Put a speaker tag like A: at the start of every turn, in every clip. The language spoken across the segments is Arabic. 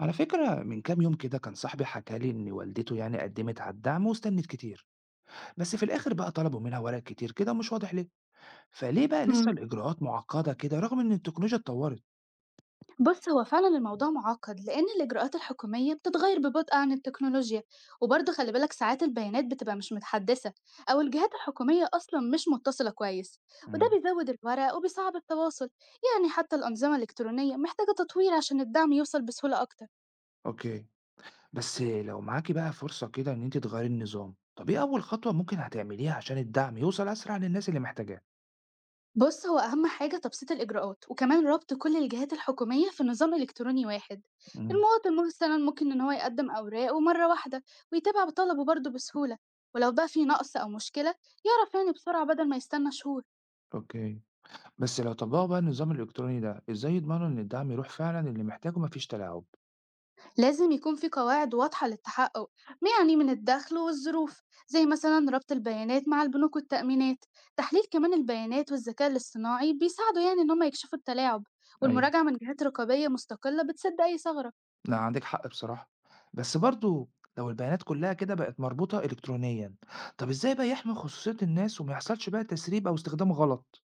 A: على فكرة، من كام يوم كده كان صاحبي حكى لي إن والدته يعني قدمت على الدعم واستنت كتير، بس في الآخر بقى طلبوا منها ورق كتير كده مش واضح ليه. فليه بقى لسه
B: مم.
A: الإجراءات معقدة كده رغم إن التكنولوجيا اتطورت؟
B: بص هو فعلا الموضوع معقد لأن الإجراءات الحكومية بتتغير ببطء عن التكنولوجيا، وبرضه خلي بالك ساعات البيانات بتبقى مش متحدثة، أو الجهات الحكومية أصلا مش متصلة كويس، وده
A: مم.
B: بيزود الورق وبيصعب التواصل. يعني حتى الأنظمة الإلكترونية محتاجة تطوير عشان الدعم يوصل بسهولة أكتر.
A: أوكي، بس لو معاكي بقى فرصة كده إن أنت تغيري النظام، طب إيه أول خطوة ممكن هتعمليها عشان الدعم يوصل أسرع للناس اللي محتاجاه؟
B: بص هو أهم حاجة تبسيط الإجراءات، وكمان ربط كل الجهات الحكومية في نظام إلكتروني واحد.
A: مم.
B: المواطن مثلا ممكن إن هو يقدم أوراقه مرة واحدة، ويتابع طلبه برضه بسهولة، ولو بقى في نقص أو مشكلة يعرف يعني بسرعة بدل ما يستنى شهور.
A: أوكي، بس لو طبقوا بقى النظام الإلكتروني ده، إزاي يضمنوا إن الدعم يروح فعلا اللي محتاجه، مفيش تلاعب؟
B: لازم يكون في قواعد واضحة للتحقق، يعني من الدخل والظروف، زي مثلا ربط البيانات مع البنوك والتأمينات. تحليل كمان البيانات والذكاء الاصطناعي بيساعدوا يعني إن هم يكشفوا التلاعب،
A: أيوه.
B: والمراجعة من جهات رقابية مستقلة بتسد أي ثغرة.
A: لأ، عندِك حق بصراحة، بس برضه لو البيانات كلّها كده بقت مربوطة إلكترونيًا، طَب إزاي بقى يحمي خصوصية الناس وما يحصلش بقى تسريب أو استخدام غلط؟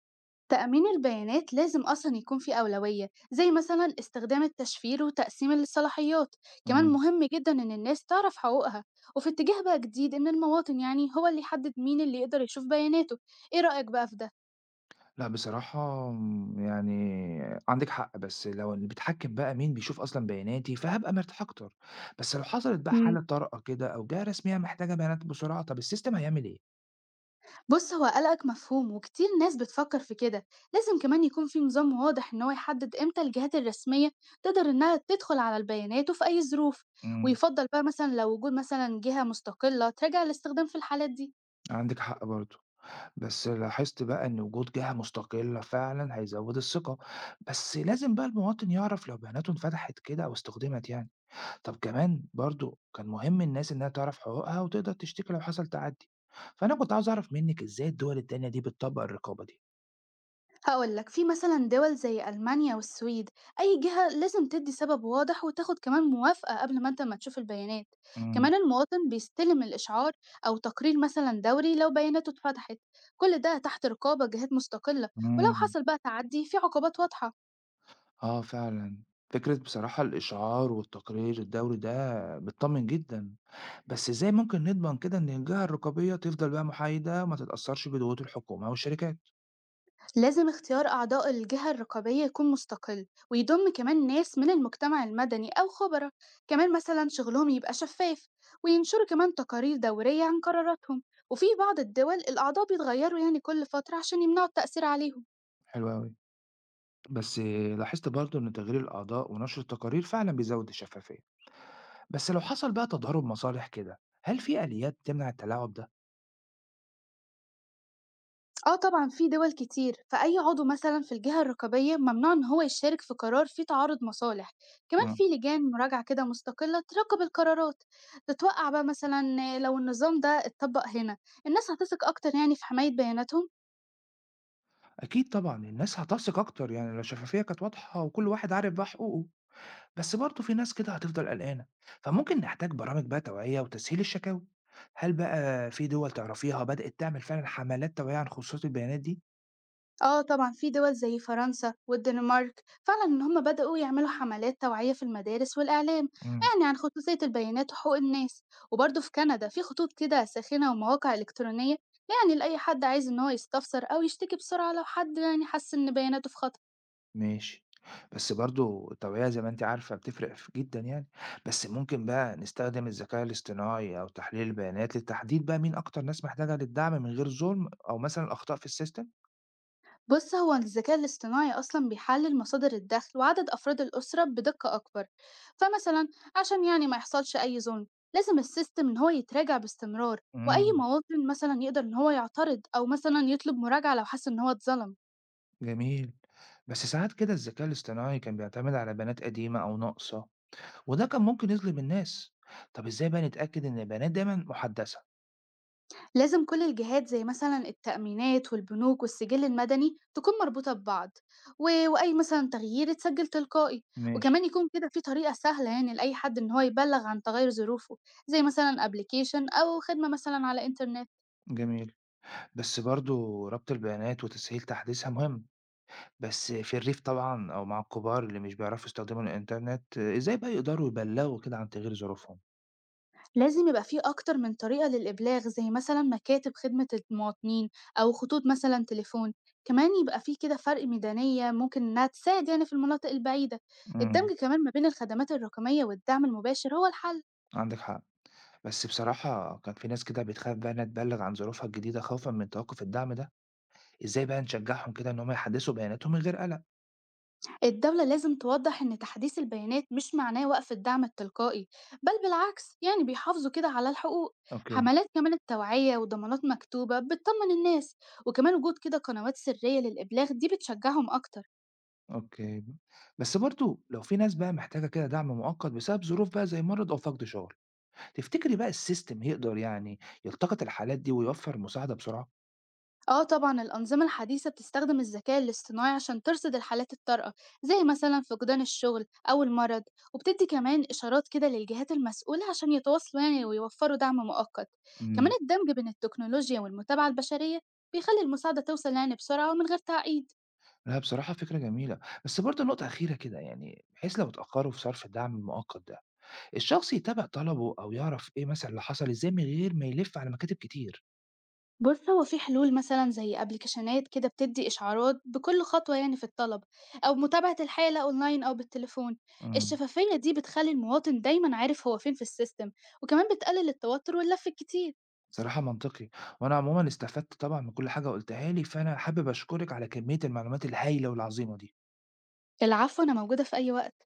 B: تأمين البيانات لازم أصلا يكون فيه أولوية، زي مثلا استخدام التشفير وتقسيم الصلاحيات. كمان
A: إمم.
B: مهم جدا إن الناس تعرف حقوقها، وفي اتجاه بقى جديد إن المواطن يعني هو اللي يحدد مين اللي يقدر يشوف بياناته. إيه رأيك بقى في ده؟
A: لأ، بصراحة يعني عندِك حق، بس لو اللي بيتحكم بقى مين بيشوف أصلًا بياناتي، فهابقى مرتاح أكتر، بس لو حصلت بقى
B: مم.
A: حالة طارئة كده أو جهة رسمية محتاجة بيانات بسرعة، طَب السيستم هيعمل إيه؟
B: بص هو قلقك مفهوم وكتير ناس بتفكر في كده. لازم كمان يكون في نظام واضح إن هو يحدد إمتى الجهات الرسمية تقدر إنها تدخل على البيانات وفي أي ظروف.
A: إمم.
B: ويفضل بقى مثلا لو وجود مثلا جهة مستقلة تراجع الاستخدام في الحالات دي.
A: عندِك حق برضه. بس لاحظت بقى إن وجود جهة مستقلة فعلا هيزود الثقة، بس لازم بقى المواطن يعرف لو بياناته اتفتحت كده أو استخدمت يعني. طب كمان برضو كان مهم الناس إنها تعرف حقوقها وتقدر تشتكي لو حصل تعدي، فأنا كنت عاوز أعرف منك إزاي الدول التانية دي بتطبق الرقابة دي.
B: هقول لك في مثلا دول زي ألمانيا والسويد، أي جهة لازم تدي سبب واضح وتاخد كمان موافقة قبل ما أنت ما تشوف البيانات.
A: امم
B: كمان المواطن بيستلم الإشعار، أو تقرير مثلا دوري لو بياناته اتفتحت، كل ده تحت رقابة جهات مستقلة. ولو
A: امم
B: حصل بقى تعدي في عقوبات واضحة.
A: آه فعلا، فكرة بصراحة الإشعار والتقرير الدوري ده بتطمن جدا. بس إزاي ممكن نضمن كده إن الجهة الرقابية تفضل بقى محايدة وما تتأثرش بضغوط الحكومة والشركات؟
B: لازم اختيار أعضاء الجهة الرقابية يكون مستقل ويضم كمان ناس من المجتمع المدني أو خبراء. كمان مثلا شغلهم يبقى شفاف، وينشروا كمان تقارير دورية عن قراراتهم. وفي بعض الدول الأعضاء بيتغيروا يعني كل فترة عشان يمنعوا التأثير عليهم.
A: حلو أوي. بس لاحظت برضو إن تغيير الأعضاء ونشر التقارير فعلا بيزود الشفافية، بس لو حصل بقى تضارب مصالح كده، هل في آليات تمنع التلاعب ده؟
B: آه طبعًا في دول كتير، فأي عضو مثلًا في الجهة الرقابية ممنوع إن هو يشارك في قرار فيه تعارض مصالح، كمان في
A: مم.
B: لجان مراجعة كده مستقلة تراقب القرارات. تتوقع بقى مثلًا لو النظام ده اتطبق هنا، الناس هتثق أكتر يعني في حماية بياناتهم.
A: أكيد طبعا الناس هتثق أكتر يعني لو الشفافية كانت واضحة وكل واحد عارف بقى حقوقه، بس برضو في ناس كده هتفضل قلقانة، فممكن نحتاج برامج بقى توعية وتسهيل الشكاوي. هل بقى في دول تعرفيها بدأت تعمل فعلا حملات توعية عن خصوصية البيانات دي؟
B: آه طبعًا في دول زي فرنسا والدنمارك فعلًا إن هم بدأوا يعملوا حملات توعية في المدارس والإعلام،
A: مم.
B: يعني عن خصوصية البيانات وحقوق الناس. وبرضه في كندا في خطوط كده ساخنة ومواقع إلكترونية، يعني لأي حد عايز إن هو يستفسر أو يشتكي بسرعة لو حد يعني حس إن بياناته في خطر.
A: ماشي. بس برضه التوعية زي ما أنتِ عارفة بتفرق ف جدًا يعني، بس ممكن بقى نستخدم الذكاء الاصطناعي أو تحليل البيانات للتحديد بقى مين أكتر ناس محتاجة للدعم من غير ظلم أو مثلًا أخطاء في السيستم؟
B: بص هو الذكاء الاصطناعي أصلا بيحلل مصادر الدخل وعدد أفراد الأسرة بدقة أكبر. فمثلا عشان يعني ما يحصلش أي ظلم، لازم السيستم إن هو يتراجع باستمرار، وأي
A: إمم،
B: مواطن مثلا يقدر إن هو يعترض أو مثلا يطلب مراجعة لو حس إن هو اتظلم.
A: جميل. بس ساعات كده الذكاء الاصطناعي كان بيعتمد على بيانات قديمة أو ناقصة، وده كان ممكن يظلم الناس. طب إزاي بقى نتأكد إن البيانات دايمًا محدثة؟
B: لازم كل الجهات زي مثلا التأمينات والبنوك والسجل المدني تكون مربوطة ببعض، وأي مثلا تغيير يتسجل تلقائي.
A: ماشي.
B: وكمان يكون كده في طريقة سهلة يعني لأي حد إن هو يبلغ عن تغير ظروفه، زي مثلا ابلكيشن أو خدمة مثلا على إنترنت.
A: جميل. بس برضه ربط البيانات وتسهيل تحديثها مهم. بس في الريف طبعًا أو مع الكبار اللي مش بيعرفوا يستخدموا الإنترنت، آه، إزاي بقى يقدروا يبلّغوا كده عن تغيير ظروفهم؟
B: لازم يبقى في أكتر من طريقة للإبلاغ، زي مثلا مكاتب خدمة المواطنين أو خطوط مثلا تليفون. كمان يبقى في كده فرق ميدانية ممكن إنها تساعد يعني في المناطق البعيدة.
A: إمم،
B: الدمج كمان ما بين الخدمات الرقمية والدعم المباشر هو الحل.
A: عندِك حق، بس بصراحة كان في ناس كده بتخاف بقى إنها تبلّغ عن ظروفها الجديدة خوفًا من توقُّف الدعم ده، إزاي بقى نشجّعهم كده إن هم يحدّثوا بياناتهم من غير قلق؟
B: الدولة لازم توضح إن تحديث البيانات مش معناه وقف الدعم التلقائي، بل بالعكس يعني بيحافظوا كده على الحقوق.
A: أوكي.
B: حملات كمان التوعية وضمانات مكتوبة بتطمن الناس، وكمان وجود كده قنوات سرية للإبلاغ دي بتشجعهم أكتر.
A: أوكي، بس برضه لو في ناس بقى محتاجة كده دعم مؤقت بسبب ظروف بقى زي مرض أو فقد شغل، تفتكري بقى السيستم يقدر يعني يلتقط الحالات دي ويوفّر مساعدة بسرعة؟
B: اه طبعا الأنظمة الحديثة بتستخدم الذكاء الاصطناعي عشان ترصد الحالات الطارئة، زي مثلا فقدان الشغل أو المرض، وبتدي كمان إشارات كده للجهات المسؤولة عشان يتواصلوا يعني ويوفروا دعم مؤقت. كمان
A: إمم.
B: الدمج بين التكنولوجيا والمتابعة البشرية بيخلي المساعدة توصل يعني بسرعة ومن غير تعقيد.
A: لا بصراحة فكرة جميلة، بس برضه نقطة أخيرة كده يعني، بحيث لو اتأخروا في صرف الدعم المؤقت ده، الشخص يتابع طلبه أو يعرف إيه مثلًا اللي حصل إزاي من غير ما يلف على مكاتب كتير؟
B: بص هو في حلول مثلا زي ابلكيشنات كده بتدي اشعارات بكل خطوة يعني في الطلب، او متابعة الحالة اونلاين او بالتليفون.
A: إمم،
B: الشفافية دي بتخلي المواطن دايما عارف هو فين في السيستم، وكمان بتقلل التوتر واللف الكتير.
A: بصراحة منطقي، وأنا عمومًا استفدت طبعًا من كل حاجة قُلتها لي، فأنا حابب أشكرِك على كمية المعلومات الهايلة والعظيمة دي.
B: العفو، انا موجودة في اي وقت.